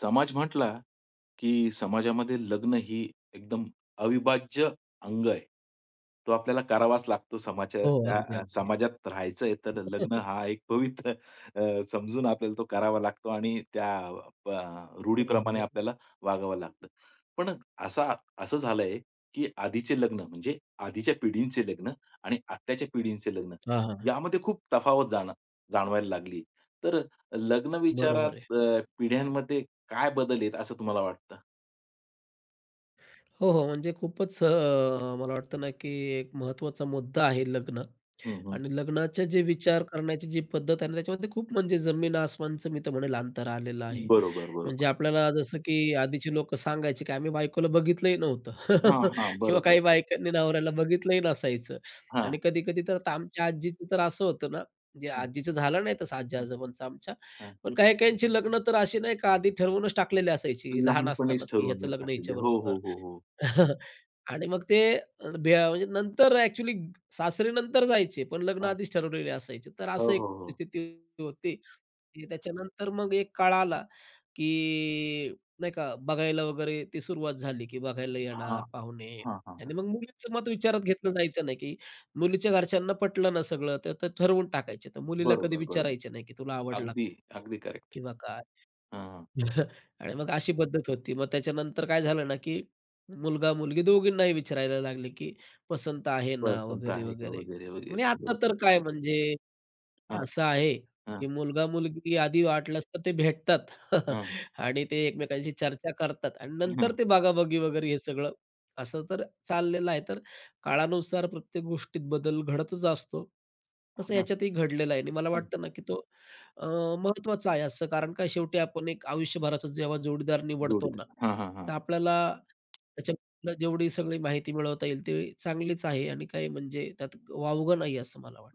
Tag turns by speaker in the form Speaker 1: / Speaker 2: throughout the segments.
Speaker 1: समाज म्हटला, की समाजामध्ये लग्न ही एकदम अविभाज्य अंग आहे. तो आपल्याला करावाच लागतो
Speaker 2: हो,
Speaker 1: समाजाच्या
Speaker 2: अगदी, अगदी.
Speaker 1: समाजात राहायचंय तर लग्न हा एक पवित्र समजून आपल्याला तो करावा लागतो आणि त्या प
Speaker 2: हो,
Speaker 1: रूढीप्रमाणे
Speaker 2: हो.
Speaker 1: आपल्याला वागावं लागतं. पण असा असं झालंय, की आधीचे लग्न म्हणजे आधीच्या पिढींचे लग्न आणि आत्ताच्या पिढींचे लग्न
Speaker 2: हां, हां.
Speaker 1: यामध्ये खूप तफावत जाणवायला लागली. तर लग्न
Speaker 2: बरोबर आहे.
Speaker 1: विचारात पिढ्यांमध्ये काय बदल आहेत असं तुम्हाला वाटतं?
Speaker 2: हो, हो. म्हणजे खूपच मला वाटतं ना, की एक महत्त्वाचा मुद्दा आहे लग्न.
Speaker 1: हं, हं.
Speaker 2: आणि लग्नाचे जे विचार करण्याची जी पद्धत आहे ना, त्याच्यामध्ये खूप म्हणजे जमीन आसमानचं मी तर म्हणेल अंतर आलेलं आहे.
Speaker 1: बरोबर,
Speaker 2: म्हणजे
Speaker 1: बरोबर.
Speaker 2: आपल्याला जसं की आधीची लोकं सांगायची, की आम्ही बायकोला बघितलंही नव्हतं.
Speaker 1: हां, हां.
Speaker 2: किंवा
Speaker 1: बरोबर.
Speaker 2: काही
Speaker 1: बरोबर.
Speaker 2: बायकांनी नवऱ्याला बघितलंही नसायचं.
Speaker 1: हां,
Speaker 2: आणि कधी-कधी तर आता आमच्या आजीचं तर असं होतं ना, म्हणजे
Speaker 1: हं,
Speaker 2: आजीचं झालं नाही तसं
Speaker 1: हां,
Speaker 2: आजी-आजोबांचं आमच्या.
Speaker 1: हां.
Speaker 2: पण काही-काहींची लग्न तर अशी नाही का आधी ठरवूनच टाकलेली असायची लहान
Speaker 1: लहानपणीच
Speaker 2: असतानाच, की
Speaker 1: ठरवून
Speaker 2: ह्याचं लग्न
Speaker 1: टाकलेली. हो,
Speaker 2: हिच्याबरोबर.
Speaker 1: हो, हो, हो.
Speaker 2: आणि मग ते म्हणजे नंतर ॲक्चुअली सासरी नंतर जायचे, पण लग्न
Speaker 1: हां.
Speaker 2: आधीच ठरवलेले असायचे. तर
Speaker 1: हो,
Speaker 2: असं एक
Speaker 1: हो, हो.
Speaker 2: परिस्थिती होती. की त्याच्यानंतर मग एक काळ आला, की नाही का बघायला वगैरे ती सुरुवात झाली, की बघायला
Speaker 1: हां,
Speaker 2: येणार पाहुणे.
Speaker 1: हां, हां, हां.
Speaker 2: आणि मग मुलीचं मत विचारात घेतलं जायचं नाही, की मुलीच्या घरच्यांना पटलं ना सगळं, तर ते ठरवून टाकायचे. तर मुलीला कधी
Speaker 1: बरोबर, बरोबर.
Speaker 2: विचारायचे नाही, की तुला आवडला
Speaker 1: अगदी,
Speaker 2: का?
Speaker 1: अगदी करेक्ट.
Speaker 2: किंवा काय?
Speaker 1: हां, हां.
Speaker 2: आणि मग अशी पद्धत होती. मग त्याच्यानंतर काय झालं ना, की मुलगा-मुलगी दोघींनाही विचारायला लागले, की पसंत आहे ना,
Speaker 1: पसंत
Speaker 2: वगैरे,
Speaker 1: आहे का
Speaker 2: वगैरे.
Speaker 1: वगैरे, वगैरे.
Speaker 2: म्हणजे आता
Speaker 1: बरोबर.
Speaker 2: तर काय म्हणजे
Speaker 1: हां,
Speaker 2: असं आहे,
Speaker 1: हां,
Speaker 2: की मुलगा-मुलगी आधी वाटलंच तर ते भेटतात.
Speaker 1: हां.
Speaker 2: आणि ते एकमेकांशी चर्चा करतात आणि नंतर
Speaker 1: हं,
Speaker 2: ते बागाबागी वगैरे हे सगळं असं तर चाललेलं आहे. तर काळानुसार प्रत्येक गोष्टीत बदल घडतच असतो. तसं
Speaker 1: हां,
Speaker 2: ह्याच्यातही घडलेला आहे आणि मला
Speaker 1: हं.
Speaker 2: वाटतं ना, की तो अ, महत्त्वाचा आहे असं. कारण काय शेवटी आपण एक आयुष्यभराचा जेव्हा जोडीदार निवडतो
Speaker 1: जोडीदार.
Speaker 2: ना,
Speaker 1: हां, हां, हां.
Speaker 2: तर आपल्याला त्याच्याबद्दल जेवढी सगळी माहिती मिळवता येईल, ती चांगलीच आहे आणि काही म्हणजे त्यात वावगं नाही असं मला वाटतं.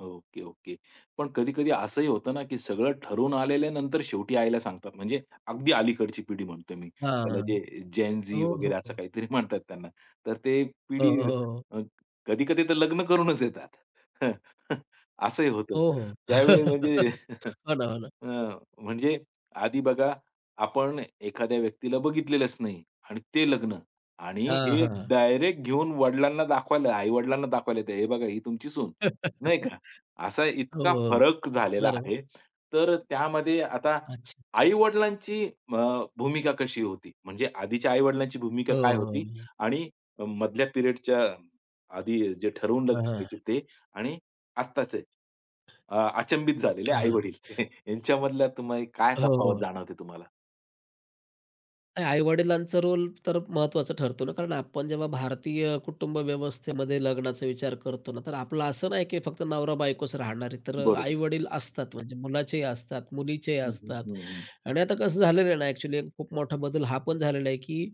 Speaker 1: Okay, okay. पण कधी-कधी असंही होतं ना, की सगळं ठरवून आलेल्यानंतर शेवटी आईला सांगतात. म्हणजे अगदी अलीकडची पिढी म्हणतोय मी. त्याला
Speaker 2: हां.
Speaker 1: जे जेन झी
Speaker 2: हो,
Speaker 1: वगैरे
Speaker 2: हो,
Speaker 1: असं
Speaker 2: हो.
Speaker 1: काहीतरी म्हणतात त्यांना. तर ते
Speaker 2: हो,
Speaker 1: पिढी
Speaker 2: हो, हो.
Speaker 1: अ, कधी-कधी तर लग्न करूनच येतात. असंही होतं.
Speaker 2: हो, हो.
Speaker 1: त्यावेळी म्हणजे
Speaker 2: हो ना, हो ना.
Speaker 1: अ, म्हणजे आधी बघा आपण एखाद्या व्यक्तीला बघितलेलंच नाही आणि ते लग्न आणि
Speaker 2: हां,
Speaker 1: हे
Speaker 2: हां.
Speaker 1: डायरेक्ट घेऊन वडिलांना दाखवायला आई-वडिलांना दाखवायला येते, "हे बघा ही तुमची सून." नाही, असा
Speaker 2: हो,
Speaker 1: इतका
Speaker 2: हो.
Speaker 1: फरक झालेला
Speaker 2: बरोबर.
Speaker 1: आहे. तर त्यामध्ये आता
Speaker 2: अच्छा.
Speaker 1: आई-वडिलांची भूमिका कशी होती? म्हणजे आधीच्या आई-वडिलांची भूमिका
Speaker 2: हो,
Speaker 1: काय
Speaker 2: हो,
Speaker 1: होती?
Speaker 2: हो.
Speaker 1: आणि मधल्या पिरियडच्या आधी जे ठरवून
Speaker 2: हां,
Speaker 1: लग्न
Speaker 2: हां.
Speaker 1: व्हायचे ते आणि आत्ताचे अचंबित झालेले
Speaker 2: हां.
Speaker 1: आई-वडील यांच्यामधला तुम्ही काय
Speaker 2: हो,
Speaker 1: तफावत
Speaker 2: हो.
Speaker 1: जाणवते तुम्हाला?
Speaker 2: आई-वडिलांचा रोल तर महत्त्वाचा ठरतो ना, कारण आपण जेव्हा भारतीय कुटुंब व्यवस्थेमध्ये लग्नाचा विचार करतो ना, तर आपलं असं नाही की फक्त नवरा-बायकोच राहणार आहे. तर
Speaker 1: बरोबर.
Speaker 2: आई-वडील असतात, म्हणजे मुलाचेही असतात, मुलीचेही
Speaker 1: हं, हं,
Speaker 2: असतात.
Speaker 1: हं, हं.
Speaker 2: आणि आता कसं झालेलं आहे ना, ॲक्चुअली खूप मोठा बदल हा पण झालेला आहे, की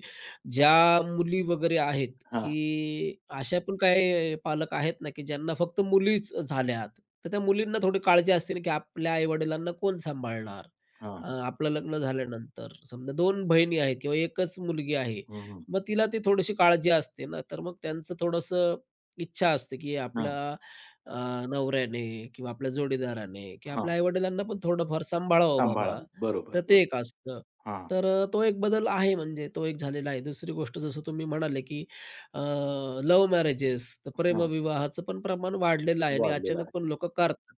Speaker 2: ज्या मुली वगैरे आहेत,
Speaker 1: हां,
Speaker 2: की अशा पण काही पालक आहेत ना, की ज्यांना फक्त मुलीच झाल्यात. तर त्या मुलींना थोडी काळजी असते ना, की आपल्या आई-वडिलांना कोण सांभाळणार?
Speaker 1: हां, हां.
Speaker 2: आपलं लग्न झाल्यानंतर समजा दोन बहिणी आहेत किंवा एकच मुलगी आहे.
Speaker 1: हं, हं.
Speaker 2: मग तिला ती थोडीशी काळजी असते ना, तर मग त्यांचं थोडंसं इच्छा असते, की आपला
Speaker 1: हां,
Speaker 2: अ, नवऱ्याने किंवा आपल्या जोडीदाराने किंवा आपल्या
Speaker 1: हां.
Speaker 2: आई-वडिलांना पण थोडंफार सांभाळावं बाबा.
Speaker 1: सांभाळावं. बरोबर,
Speaker 2: तर
Speaker 1: बरोबर.
Speaker 2: ते एक असतं.
Speaker 1: हां,
Speaker 2: तो एक बदल आहे म्हणजे तो एक झालेला आहे. दुसरी गोष्ट जसं तुम्ही म्हणाले, की लव्ह मॅरेजेस तर
Speaker 1: हां.
Speaker 2: प्रेमविवाहाचं पण प्रमाण वाढलेलं आहे आणि
Speaker 1: वाढलेलं
Speaker 2: अचानक
Speaker 1: आहे.
Speaker 2: पण लोकं करतात.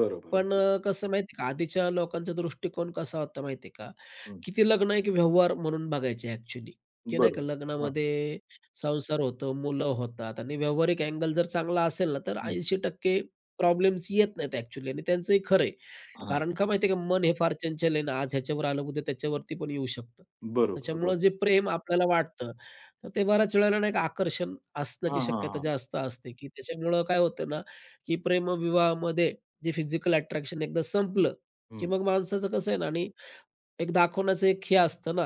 Speaker 1: बरोबर,
Speaker 2: पण
Speaker 1: बरोबर.
Speaker 2: कसं माहिती आहे का, आधीच्या लोकांचा दृष्टिकोन कसा होता माहिती आहे का,
Speaker 1: हं.
Speaker 2: की ते लग्न एक व्यवहार म्हणून बघायचे ॲक्चुअली, की नाही का
Speaker 1: बरोबर. हां,
Speaker 2: लग्नामध्ये संसार होतो, मुलं होतात आणि व्यावहारिक अँगल जर चांगला असेल ना, तर
Speaker 1: हं.
Speaker 2: 80% प्रॉब्लेम्स येत नाहीत ॲक्चुअली आणि त्यांचंही खरं
Speaker 1: हां.
Speaker 2: कारण का माहिती का, मन हे फार चंचल आहे ना, आज ह्याच्यावर आलं, उद्या त्याच्यावरती पण येऊ शकतं.
Speaker 1: बरोबर, बरोबर.
Speaker 2: त्याच्यामुळं जे प्रेम आपल्याला वाटतं, तर ते बऱ्याच वेळेला नाही का आकर्षण असण्याची
Speaker 1: हां, हां,
Speaker 2: शक्यता
Speaker 1: हां.
Speaker 2: जास्त असते, की त्याच्यामुळं काय होतं ना, की प्रेमविवाहामध्ये जे फिजिकल अट्रॅक्शन एकदा संपलं, की
Speaker 1: हं.
Speaker 2: मग माणसाचं कसं आहे ना आणि एक दाखवण्याचं एक हे असतं ना,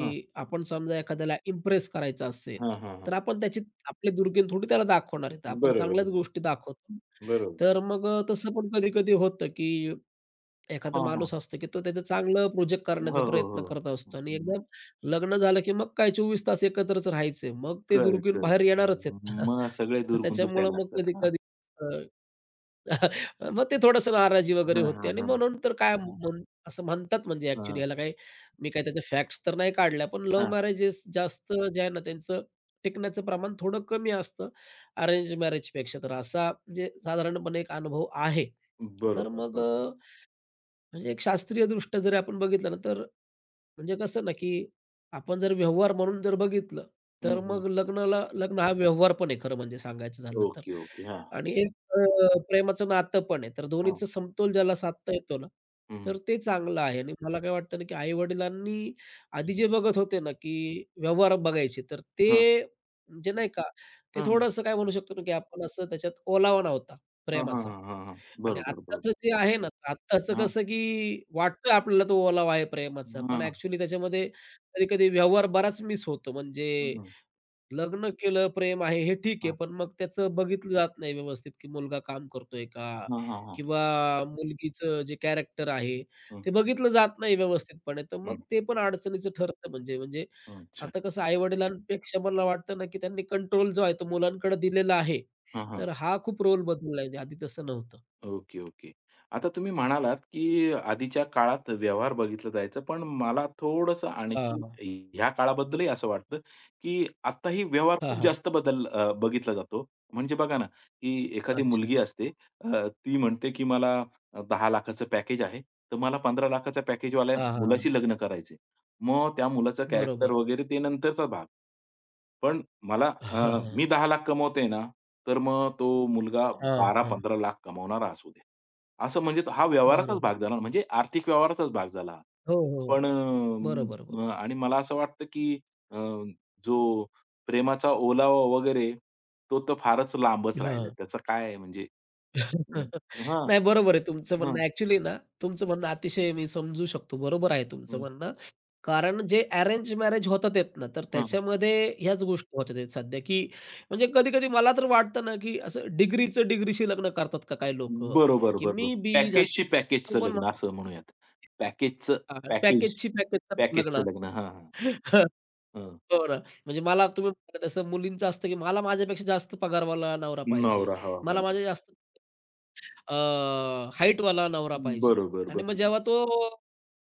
Speaker 1: हां,
Speaker 2: आपण समजा एखाद्याला इम्प्रेस करायचं असेल,
Speaker 1: हां, हां, हां.
Speaker 2: तर आपण त्याची आपले दुर्गुण थोडी त्याला दाखवणार आहेत. आपण
Speaker 1: बरोबर,
Speaker 2: चांगल्याच
Speaker 1: बरोबर.
Speaker 2: गोष्टी दाखवतो.
Speaker 1: बरोबर.
Speaker 2: तर मग तसं पण कधी-कधी होतं, की एखादा
Speaker 1: हां, हां.
Speaker 2: माणूस असतो, की तो त्याचं चांगलं प्रोजेक्ट करण्याचा
Speaker 1: हो, हो,
Speaker 2: प्रयत्न
Speaker 1: हो.
Speaker 2: करत असतो आणि एकदम लग्न झालं, की मग काय 24 तास एकत्रच राहायचंय. मग ते
Speaker 1: करेक्ट,
Speaker 2: दुर्गुण
Speaker 1: करेक्ट.
Speaker 2: बाहेर येणारच आहेत.
Speaker 1: मग सगळे
Speaker 2: तर
Speaker 1: दुर्गुण दिसायला
Speaker 2: त्याच्यामुळं मग
Speaker 1: लागतात. हां.
Speaker 2: कधी-कधी मग ते थोडंसं नाराजी वगैरे
Speaker 1: हां,
Speaker 2: होते
Speaker 1: हां,
Speaker 2: आणि
Speaker 1: हां.
Speaker 2: म्हणून तर काय हां. म्हण असं म्हणतात म्हणजे ॲक्चुअली
Speaker 1: हां,
Speaker 2: ह्याला काही मी काही त्याच्या फॅक्ट्स तर नाही काढल्या, पण लव्ह
Speaker 1: हां.
Speaker 2: मॅरेजेस जास्त जे आहे ना त्यांचं टिकण्याचं प्रमाण थोडं कमी असतं अरेंज मॅरेजपेक्षा. तर असा म्हणजे साधारणपणे एक अनुभव आहे. तर
Speaker 1: बरोबर,
Speaker 2: मग
Speaker 1: बरोबर.
Speaker 2: अ, म्हणजे एक शास्त्रीयदृष्ट्या जरी आपण बघितलं ना, तर म्हणजे कसं ना, की आपण जर व्यवहार म्हणून जर बघितलं,
Speaker 1: हं,
Speaker 2: तर
Speaker 1: हं.
Speaker 2: मग लग्नाला लग्न हा व्यवहार पण आहे खरं म्हणजे सांगायचं झालं तर.
Speaker 1: Okay, okay. हां,
Speaker 2: आणि एक प्रेमाचं नातं पण आहे. तर
Speaker 1: हां.
Speaker 2: दोन्हीचा समतोल ज्याला साधता येतो ना,
Speaker 1: हं, हं.
Speaker 2: तर ते चांगलं आहे. आणि मला काय वाटतं ना, की आई-वडिलांनी आधी जे बघत होते ना, की व्यवहार बघायचे, तर
Speaker 1: हां,
Speaker 2: ते म्हणजे नाही का, ते
Speaker 1: हां, हां.
Speaker 2: थोडंसं काय म्हणू शकतो ना, की आपण असं त्याच्यात ओलावा नव्हता
Speaker 1: हां, हां,
Speaker 2: प्रेमाचा.
Speaker 1: हां, हां, हां.
Speaker 2: आणि
Speaker 1: बरोबर, बरोबर.
Speaker 2: आत्ताचं जे आहे ना, आत्ताचं
Speaker 1: हां,
Speaker 2: कसं की वाटतं आपल्याला तो ओलावा आहे प्रेमाचा, पण
Speaker 1: हां,
Speaker 2: ॲक्चुअली त्याच्यामध्ये कधी-कधी व्यवहार बराच मिस होतो.
Speaker 1: हं,
Speaker 2: म्हणजे
Speaker 1: हां.
Speaker 2: लग्न केलं, प्रेम आहे, हे ठीक आहे, पण मग त्याचं बघितलं जात नाही व्यवस्थित, की मुलगा काम करतोय का?
Speaker 1: हां, हां, हां.
Speaker 2: किंवा मुलगीचं जे कॅरेक्टर आहे,
Speaker 1: हं,
Speaker 2: ते बघितलं जात नाही व्यवस्थितपणे. तर
Speaker 1: हं,
Speaker 2: मग ते पण अडचणीचं ठरतं म्हणजे म्हणजे
Speaker 1: हं. अच्छा.
Speaker 2: आता कसं आई-वडिलांपेक्षा मला वाटतं ना, की त्यांनी कंट्रोल जो आहे तो मुलांकडे दिलेला आहे.
Speaker 1: हां, हां.
Speaker 2: तर हा खूप रोल बदलला आहे, म्हणजे आधी तसं नव्हतं.
Speaker 1: Okay, okay. आता तुम्ही म्हणालात, की आधीच्या काळात व्यवहार बघितलं जायचं, पण मला थोडंसं आणखी
Speaker 2: हां.
Speaker 1: ह्या काळाबद्दलही असं वाटतं, की आत्ताही व्यवहार
Speaker 2: हां,
Speaker 1: खूप
Speaker 2: हां.
Speaker 1: जास्त बदल बघितला जातो. म्हणजे बघा ना, की एखादी
Speaker 2: अच्छा.
Speaker 1: मुलगी असते, ती म्हणते, की मला 10,00,000चं पॅकेज आहे, तर मला 15,00,000चा पॅकेजवाल्या
Speaker 2: हां, हां,
Speaker 1: मुलाशी
Speaker 2: हां.
Speaker 1: लग्न करायचंय. मग त्या मुलाचं कॅरेक्टर
Speaker 2: बरोबर.
Speaker 1: वगैरे ते नंतरचा भाग. पण मला
Speaker 2: हां, हां.
Speaker 1: मी 10,00,000 कमवते ना, तर मग तो मुलगा
Speaker 2: हां, हां.
Speaker 1: 12-15,00,000 कमावणारा असू दे. असं म्हणजे तो हा व्यवहाराचाच भाग
Speaker 2: बरोबर.
Speaker 1: झाला म्हणजे आर्थिक व्यवहाराचाच भाग झाला हा.
Speaker 2: हो, हो.
Speaker 1: पण
Speaker 2: बरोबर, बरोबर.
Speaker 1: आणि मला असं वाटतं, की अ, जो प्रेमाचा ओलावा वगैरे तो तर फारच लांबच राहिला.
Speaker 2: हां.
Speaker 1: त्याचं काय म्हणजे अं, हां,
Speaker 2: नाही बरोबर आहे तुमचं म्हणणं.
Speaker 1: हं,
Speaker 2: ॲक्चुअली ना, तुमचं म्हणणं अतिशय मी समजू शकतो. बरोबर आहे तुमचं
Speaker 1: हं,
Speaker 2: म्हणणं. कारण जे अरेंज मॅरेज होतात आहेत ना, तर
Speaker 1: हं.
Speaker 2: त्याच्यामध्ये ह्याच गोष्टी होत आहेत सध्या, की म्हणजे कधी-कधी मला तर वाटतं ना, की असं डिग्रीचं डिग्रीशी लग्न करतात का काही लोकं,
Speaker 1: बरोबर,
Speaker 2: की
Speaker 1: बरोबर.
Speaker 2: मी बी झाले
Speaker 1: पॅकेजशी
Speaker 2: तो
Speaker 1: पॅकेजचं
Speaker 2: पण
Speaker 1: लग्न असं म्हणूयात. पॅकेजचं
Speaker 2: हां, आणि
Speaker 1: पॅकेज.
Speaker 2: पॅकेजशी पॅकेजचा
Speaker 1: पॅकेजचं
Speaker 2: लग्न.
Speaker 1: लग्न. हां, हां.
Speaker 2: हं.
Speaker 1: हं.
Speaker 2: हो ना. म्हणजे मला तुम्ही म्हणाला तसं मुलींचं असतं, की मला माझ्यापेक्षा जास्त पगारवाला नवरा पाहिजे.
Speaker 1: नवरा हवा
Speaker 2: मला
Speaker 1: पाहिजे.
Speaker 2: माझ्या जास्त हाईटवाला नवरा पाहिजे
Speaker 1: बरोबर,
Speaker 2: आणि मग
Speaker 1: बरोबर.
Speaker 2: जेव्हा तो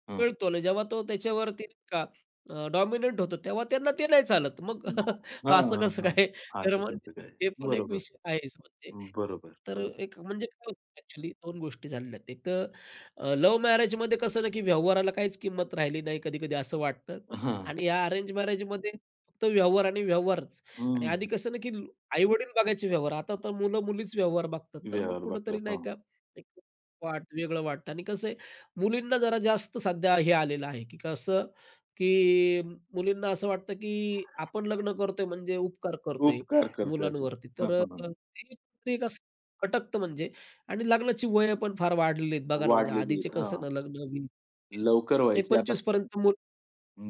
Speaker 1: हं.
Speaker 2: मिळतो आणि जेव्हा तो त्याच्यावरती का डॉमिनंट होतो तेव्हा त्यांना ते नाही चालत. मग
Speaker 1: हां,
Speaker 2: असं
Speaker 1: हां,
Speaker 2: कसं
Speaker 1: हां.
Speaker 2: काय? तर
Speaker 1: असं
Speaker 2: मग
Speaker 1: त्याचं काय.
Speaker 2: ते पण एक
Speaker 1: बरोबर,
Speaker 2: विषय आहेच म्हणजे.
Speaker 1: बरोबर,
Speaker 2: तर
Speaker 1: बरोबर.
Speaker 2: एक म्हणजे काय होतं ॲक्चुअली गोष्टी झालेल्या आहेत. एक तर लव्ह मॅरेजमध्ये कसं ना, की व्यवहाराला काहीच किंमत राहिली नाही कधी-कधी असं वाटतं
Speaker 1: हां.
Speaker 2: आणि या अरेंज मॅरेजमध्ये फक्त व्यवहार आणि व्यवहारच. आणि
Speaker 1: हं.
Speaker 2: आधी कसं ना, की आई-वडील बघायचे व्यवहार. आता तर मुलं-मुलीच व्यवहार बघतात. तर मग
Speaker 1: व्यवहार
Speaker 2: कुठेतरी
Speaker 1: बघतात.
Speaker 2: नाही
Speaker 1: हां.
Speaker 2: का एक वाट वेगळं वाटतं आणि कसं आहे, मुलींना जरा जास्त सध्या हे आलेलं आहे, की कसं, की मुलींना असं वाटतं, की आपण लग्न करतोय म्हणजे उपकार करतोय
Speaker 1: उपकार करतोय असं.
Speaker 2: मुलांवरती.
Speaker 1: हां, हां, हां.
Speaker 2: ते कुठेतरी एक असं खटकतं म्हणजे. आणि लग्नाची वय पण फार वाढलेली आहेत. बघा ना, म्हणजे
Speaker 1: वाढलेली
Speaker 2: आधीचे
Speaker 1: आहेत.
Speaker 2: कसं
Speaker 1: हां.
Speaker 2: ना लग्न 20
Speaker 1: लवकर
Speaker 2: एक
Speaker 1: व्हायची आता
Speaker 2: 25 पर्यंत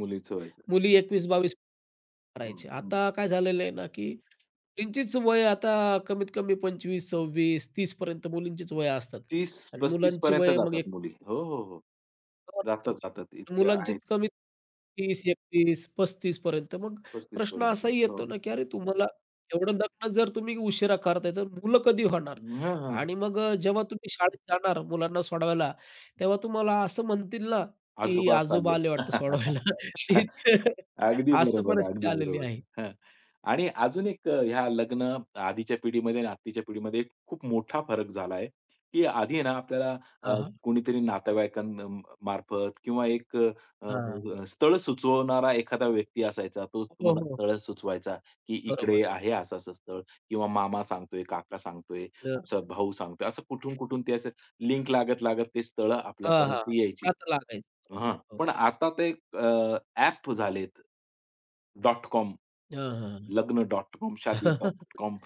Speaker 1: मुलीचं व्हायचं.
Speaker 2: मुली 21-22
Speaker 1: हं,
Speaker 2: करायचे.
Speaker 1: हं.
Speaker 2: आता काय झालेलं आहे ना, की मुलींचीच वय आता कमीत कमी 25, 26, 30 पर्यंत मुलींचीच वय असतात आणि
Speaker 1: 30-35
Speaker 2: मुलांची
Speaker 1: पर्यंत
Speaker 2: वय मग
Speaker 1: जातात
Speaker 2: एक
Speaker 1: मुली. हो, हो, हो. जातात, जातात. इतक्या आहेत
Speaker 2: मुलांचीच कमी 30, 31, 35 पर्यंत. मग
Speaker 1: 35
Speaker 2: प्रश्न
Speaker 1: पर्यंत.
Speaker 2: असाही
Speaker 1: हो.
Speaker 2: येतो ना, की अरे तुम्हाला एवढं लग्न जर तुम्ही उशिरा करताय, तर मुलं कधी होणार?
Speaker 1: हां, हां.
Speaker 2: आणि मग जेव्हा तुम्ही शाळेत जाणार मुलांना सोडवायला, तेव्हा तुम्हाला असं म्हणतील ना, की
Speaker 1: आजोबा चालले.
Speaker 2: आजोबा आले वाटतं सोडवायला. इतकं
Speaker 1: अगदी
Speaker 2: असं
Speaker 1: बरोबर,
Speaker 2: परिस्थिती
Speaker 1: अगदी
Speaker 2: आलेली
Speaker 1: बरोबर.
Speaker 2: आहे.
Speaker 1: हं. आणि अजून एक ह्या लग्न आधीच्या पिढीमध्ये आणि आत्ताच्या पिढीमध्ये एक खूप मोठा फरक झाला आहे, की आधी आहे ना आपल्याला अ, कोणीतरी नातेवाईकांमार्फत किंवा
Speaker 2: हां.
Speaker 1: स्थळ सुचवणारा एखादा व्यक्ती असायचा. तोच
Speaker 2: हो,
Speaker 1: तुम्हाला
Speaker 2: हो.
Speaker 1: स्थळ सुचवायचा, की
Speaker 2: बरोबर.
Speaker 1: इकडे आहे असं-असं स्थळ किंवा मामा सांगतोय, काका सांगतोय,
Speaker 2: तर
Speaker 1: असं भाऊ सांगतोय. असं कुठून-कुठून ते असं लिंक लागत-लागत ते स्थळं
Speaker 2: हां, हां.
Speaker 1: आपल्यापर्यंत यायची.
Speaker 2: हात लागायचं.
Speaker 1: हां.
Speaker 2: बरोबर. हो.
Speaker 1: पण आता ते ॲप झालेत. .com,
Speaker 2: हां, हां.
Speaker 1: Lagna.com, Shaadi.com,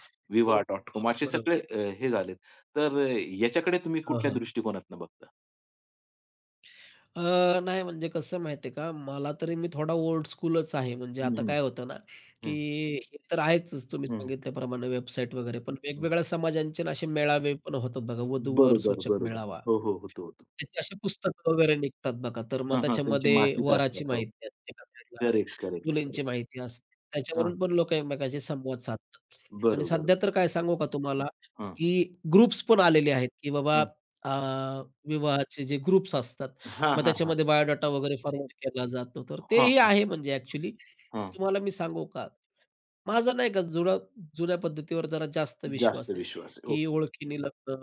Speaker 2: हो, हो.
Speaker 1: Vivaha.com असे सगळे
Speaker 2: बरोबर.
Speaker 1: हे झालेत. तर याच्याकडे तुम्ही
Speaker 2: हां,
Speaker 1: कुठल्या
Speaker 2: हां.
Speaker 1: दृष्टिकोनातनं बघता?
Speaker 2: अ, नाही म्हणजे कसं माहिती आहे का, मला तरी मी थोडा ओल्ड स्कूलच आहे. म्हणजे
Speaker 1: हं,
Speaker 2: आता
Speaker 1: हं.
Speaker 2: काय होतं ना, की
Speaker 1: हं,
Speaker 2: हे तर आहेतच तुम्ही
Speaker 1: हं,
Speaker 2: सांगितल्याप्रमाणे वेबसाईट वगैरे, पण
Speaker 1: हं.
Speaker 2: वेगवेगळ्या समाजांचे ना असे मेळावे पण होतात बघा, वधूवर
Speaker 1: बरोबर,
Speaker 2: सूचक
Speaker 1: बरोबर.
Speaker 2: मेळावा.
Speaker 1: हो, हो. होतो, होतो.
Speaker 2: त्याची अशी पुस्तकं वगैरे निघतात बघा, तर मग
Speaker 1: हां, हां. त्यांची
Speaker 2: त्याच्यामध्ये
Speaker 1: मासिक
Speaker 2: वराची
Speaker 1: असतात. हो.
Speaker 2: माहिती असते एका साईडला.
Speaker 1: करेक्ट, करेक्ट,
Speaker 2: मुलींची
Speaker 1: करेक्ट.
Speaker 2: माहिती असते.
Speaker 1: हां.
Speaker 2: त्याच्यावरून पण लोकं एकमेकांशी संवाद साधतात. आणि
Speaker 1: बरोबर.
Speaker 2: सध्या तर काय सांगू का तुम्हाला,
Speaker 1: हां,
Speaker 2: की ग्रुप्स पण आलेले आहेत, की बाबा
Speaker 1: हां.
Speaker 2: अ, विवाहाचे जे ग्रुप्स असतात,
Speaker 1: हां,
Speaker 2: मग
Speaker 1: हां, हां.
Speaker 2: त्याच्यामध्ये बायोडाटा वगैरे फॉरवर्ड केला जातो. तर
Speaker 1: हां,
Speaker 2: तेही
Speaker 1: हां,
Speaker 2: आहे म्हणजे ॲक्चुअली.
Speaker 1: हां.
Speaker 2: तुम्हाला मी सांगू का, माझा नाही का जुन्या पद्धतीवर जरा जास्त
Speaker 1: जास्त
Speaker 2: विश्वास आहे,
Speaker 1: विश्वास आहे.
Speaker 2: की
Speaker 1: ओके.
Speaker 2: ओळखीने लग्न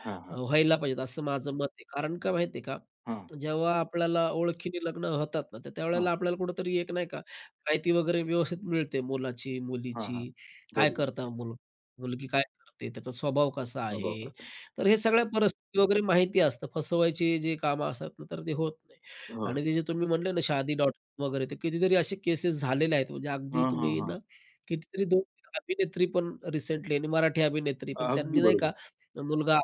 Speaker 1: हां,
Speaker 2: अ,
Speaker 1: हां.
Speaker 2: व्हायला पाहिजेत असं माझं मत आहे. कारण का
Speaker 1: हं.
Speaker 2: माहिती आहे का,
Speaker 1: हां,
Speaker 2: जेव्हा आपल्याला ओळखीने लग्न होतात ना, तर
Speaker 1: हां,
Speaker 2: त्यावेळेला आपल्याला कुठेतरी एक नाही का माहिती वगैरे व्यवस्थित मिळते मुलाची,
Speaker 1: हां, हां.
Speaker 2: मुलीची, काय
Speaker 1: बरोबर.
Speaker 2: करता मुल मुलगी काय करते, त्याचा स्वभाव कसा आहे.
Speaker 1: स्वभावप्रकारे.
Speaker 2: तर हे सगळ्या परिस्थिती वगैरे माहिती असतं. फसवायची जे कामं असतात ना, तर ते होत नाही.
Speaker 1: हं.
Speaker 2: आणि ते जे तुम्ही म्हणले ना शादी डॉट कॉम वगैरे, ते कितीतरी असे केसेस झालेले आहेत. म्हणजे अगदी
Speaker 1: हां, हां,
Speaker 2: तुम्ही
Speaker 1: हां.
Speaker 2: ना कितीतरी 2-3 अभिनेत्री पण रिसेंटली आणि मराठी अभिनेत्री पण
Speaker 1: अगदी
Speaker 2: त्यांनी नाही
Speaker 1: बरोबर.
Speaker 2: का मुलगा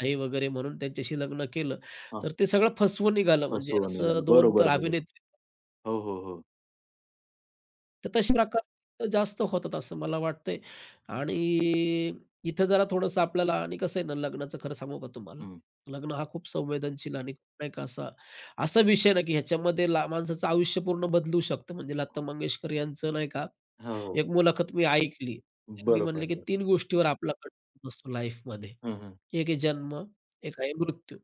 Speaker 2: आहे वगैरे म्हणून त्यांच्याशी लग्न केलं.
Speaker 1: हां.
Speaker 2: तर ते सगळं फसवून निघालं. म्हणजे
Speaker 1: फसवा
Speaker 2: असं
Speaker 1: निघाला.
Speaker 2: 2
Speaker 1: बरोबर,
Speaker 2: तर
Speaker 1: बरोबर.
Speaker 2: अभिनेत्री
Speaker 1: हो, हो, हो.
Speaker 2: तर तशा प्रकार जास्त होतात असं मला वाटतंय आणि इथं जरा थोडंसं आपल्याला आणि कसं आहे ना लग्नाचं खरं सांगू का तुम्हाला?
Speaker 1: हं.
Speaker 2: लग्न हा खूप संवेदनशील आणि नाही का असा असा विषय ना, की ह्याच्यामध्ये ला माणसाचं आयुष्य पूर्ण बदलू शकतं. म्हणजे लता मंगेशकर यांचं नाही का,
Speaker 1: हो, हो.
Speaker 2: एक मुलाखत मी ऐकली. त्यांनी
Speaker 1: बरोबर,
Speaker 2: म्हणले, की
Speaker 1: बरोबर.
Speaker 2: 3 गोष्टीवर आपला कंट्रोल असतो लाईफमध्ये.
Speaker 1: हं, हं.
Speaker 2: एक आहे जन्म, एक आहे मृत्यू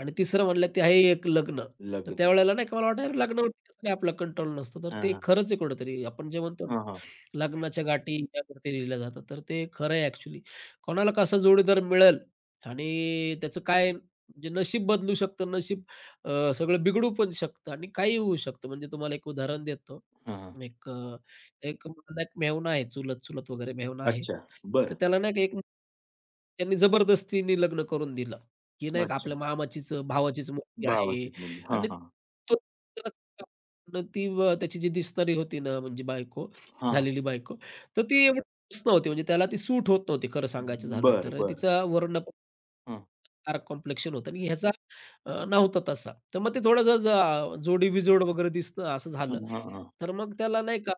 Speaker 2: आणि तिसरं म्हणलं ते आहे एक लग्न. तर
Speaker 1: लग्न.
Speaker 2: त्यावेळेला नाही का मला वाटतं लग्नावरती कसं काय आपला कंट्रोल नसतो. तर
Speaker 1: हां,
Speaker 2: ते
Speaker 1: हां.
Speaker 2: खरंच आहे कुठेतरी. आपण जे म्हणतो ना,
Speaker 1: हां, हां.
Speaker 2: लग्नाच्या गाठी यावरती लिहिल्या जातात. तर ते खरं आहे ॲक्चुअली. कोणाला कसा जोडीदार मिळेल आणि त्याचं काय म्हणजे नशीब बदलू शकतं. नशीब सगळं बिघडू पण शकतं आणि काहीही होऊ शकतं. म्हणजे तुम्हाला एक उदाहरण देतो.
Speaker 1: हां, हां.
Speaker 2: एक एक मला एक मेहुणा आहे, चुलत-चुलत वगैरे मेहुणा आहे.
Speaker 1: अच्छा. बरं.
Speaker 2: तर त्याला नाही का एक त्यांनी जबरदस्तीने लग्न करून दिलं, की नाही का
Speaker 1: अच्छा.
Speaker 2: आपल्या मामाचीच भावाचीच मुलगी आहे
Speaker 1: भावाचीच मुलगी. हां,
Speaker 2: आणि
Speaker 1: हां.
Speaker 2: तो न ती त्याची जी दिसणारी होती ना, म्हणजे बायको
Speaker 1: हां.
Speaker 2: झालेली बायको, तर ती एवढी खास नव्हती. म्हणजे त्याला ती सूट होत नव्हती खरं सांगायचं झालं
Speaker 1: बरं,
Speaker 2: तर. आणि
Speaker 1: बरं.
Speaker 2: तिचा वर्ण पण
Speaker 1: हं.
Speaker 2: डार्क कॉम्प्लेक्शन होतं आणि ह्याचा नव्हता तसा. तर मग ते थोडंसं जोडीबिजोड वगैरे दिसणं असं झालं.
Speaker 1: हं, हां, हां.
Speaker 2: तर मग त्याला नाही का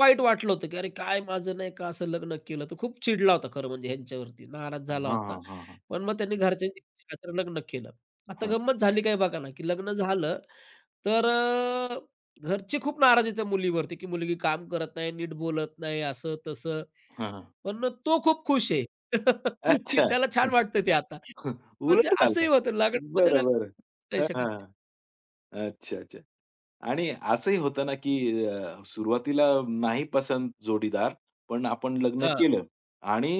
Speaker 2: वाईट वाटलं होतं, की "अरे काय माझं नाही का असं लग्न केलं?" तर खूप चिडला होता खरं म्हणजे ह्यांच्यावरती, नाराज
Speaker 1: हां,
Speaker 2: झाला होता.
Speaker 1: हां, हां, हां.
Speaker 2: पण मग त्यांनी घरच्यांची इच्छा खातिर लग्न केलं. आता
Speaker 1: हां.
Speaker 2: गंमत झाली काय बघा ना, की लग्न झालं तर घरचे खूप नाराज आहेत त्या मुलीवरती, की मुलगी काम करत नाही, नीट बोलत नाही, असं तसं.
Speaker 1: हां, हां.
Speaker 2: पण तो खूप खुश आहे, की
Speaker 1: अच्छा.
Speaker 2: त्याला छान वाटतं ते आता. म्हणजे
Speaker 1: उलट झालं.
Speaker 2: असंही होतं लग्नामध्ये.
Speaker 1: बरं,
Speaker 2: लग्न
Speaker 1: बरं.
Speaker 2: नाही
Speaker 1: हां,
Speaker 2: शकत.
Speaker 1: हां. अच्छा, अच्छा. आणि असंही होतं ना, की सुरुवातीला नाही पसंत जोडीदार, पण आपण लग्न
Speaker 2: हां.
Speaker 1: केलं आणि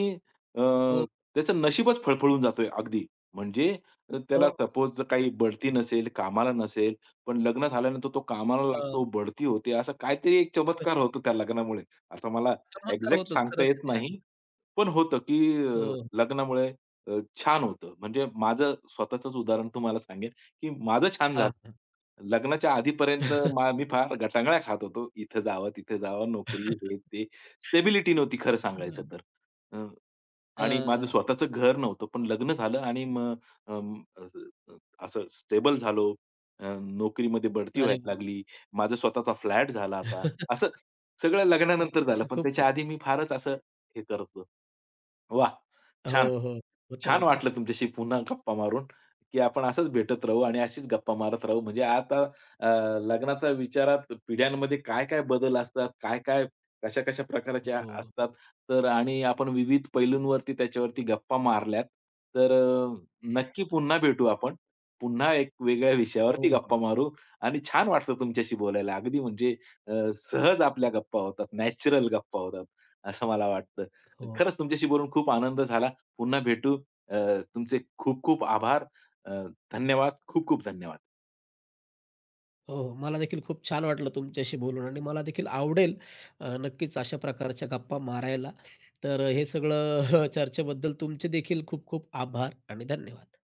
Speaker 1: अ,
Speaker 2: हो,
Speaker 1: त्याचं नशीबच फळफळून जातोय अगदी. म्हणजे
Speaker 2: हो.
Speaker 1: त्याला सपोज जर काही बढती नसेल, कामाला नसेल, पण लग्न झाल्यानंतर तो कामाला
Speaker 2: हां.
Speaker 1: लागतो, बढती होते, असं काहीतरी एक चमत्कार होतो त्या लग्नामुळे. आता मला
Speaker 2: चमत्कार
Speaker 1: एक्झॅक्ट
Speaker 2: होतोच.
Speaker 1: सांगता
Speaker 2: खरंच
Speaker 1: येत
Speaker 2: आहे ते अगदी.
Speaker 1: नाही. पण होतं, की
Speaker 2: हो.
Speaker 1: लग्नामुळे अ, छान होतं. म्हणजे माझं स्वतःचंच उदाहरण तुम्हाला सांगेन, की माझं छान झालं.
Speaker 2: हां.
Speaker 1: लग्नाच्या आधीपर्यंत मी फार गटांगळ्या खात होतो. इथं जावं, तिथे जावं, नोकरी, हे ते. स्टेबिलिटी नव्हती खरं सांगायचं
Speaker 2: हं.
Speaker 1: तर. अ, आणि माझं
Speaker 2: हां.
Speaker 1: स्वतःचं घर नव्हतं. पण लग्न झालं आणि मग अं, अ, असं स्टेबल झालो. नोकरीमध्ये बढती
Speaker 2: अरे
Speaker 1: व्हायला
Speaker 2: वाह!
Speaker 1: लागली. माझा स्वतःचा फ्लॅट झाला आता. असं सगळं लग्नानंतर
Speaker 2: अच्छा,
Speaker 1: झालं.
Speaker 2: अच्छा.
Speaker 1: पण
Speaker 2: खूपच.
Speaker 1: त्याच्या आधी मी फारच असं हे करत होतो.
Speaker 2: हो,
Speaker 1: छान.
Speaker 2: हो. होतं ना
Speaker 1: छान
Speaker 2: तो.
Speaker 1: वाटलं तुमच्याशी पुन्हा गप्पा मारून, की आपण असंच भेटत राहू आणि अशीच गप्पा मारत राहू. म्हणजे आता अ, लग्नाच्या विचारात पिढ्यांमध्ये काय-काय बदल असतात, काय-काय, कशा-कशा प्रकारच्या
Speaker 2: हो.
Speaker 1: असतात, तर आणि आपण विविध पैलूंवरती त्याच्यावरती गप्पा मारल्यात. तर नक्की पुन्हा भेटू आपण. पुन्हा एक वेगळ्या
Speaker 2: हो,
Speaker 1: विषयावरती
Speaker 2: हो.
Speaker 1: गप्पा मारू आणि छान वाटलं तुमच्याशी बोलायला. अगदी म्हणजे अ, सहज आपल्या गप्पा होतात, नॅचरल गप्पा होतात, असं मला वाटतं.
Speaker 2: हो,
Speaker 1: खरंच तुमच्याशी बोलून खूप आनंद झाला. पुन्हा भेटू. तुमचे खूप खूप आभार. अ, धन्यवाद. खूप खूप धन्यवाद.
Speaker 2: हो. मला देखील खूप छान वाटलं तुमच्याशी बोलून आणि मला देखील आवडेल नक्कीच अशा प्रकारच्या गप्पा मारायला. तर हे सगळं चर्चेबद्दल तुमचे देखील खूप खूप आभार आणि धन्यवाद.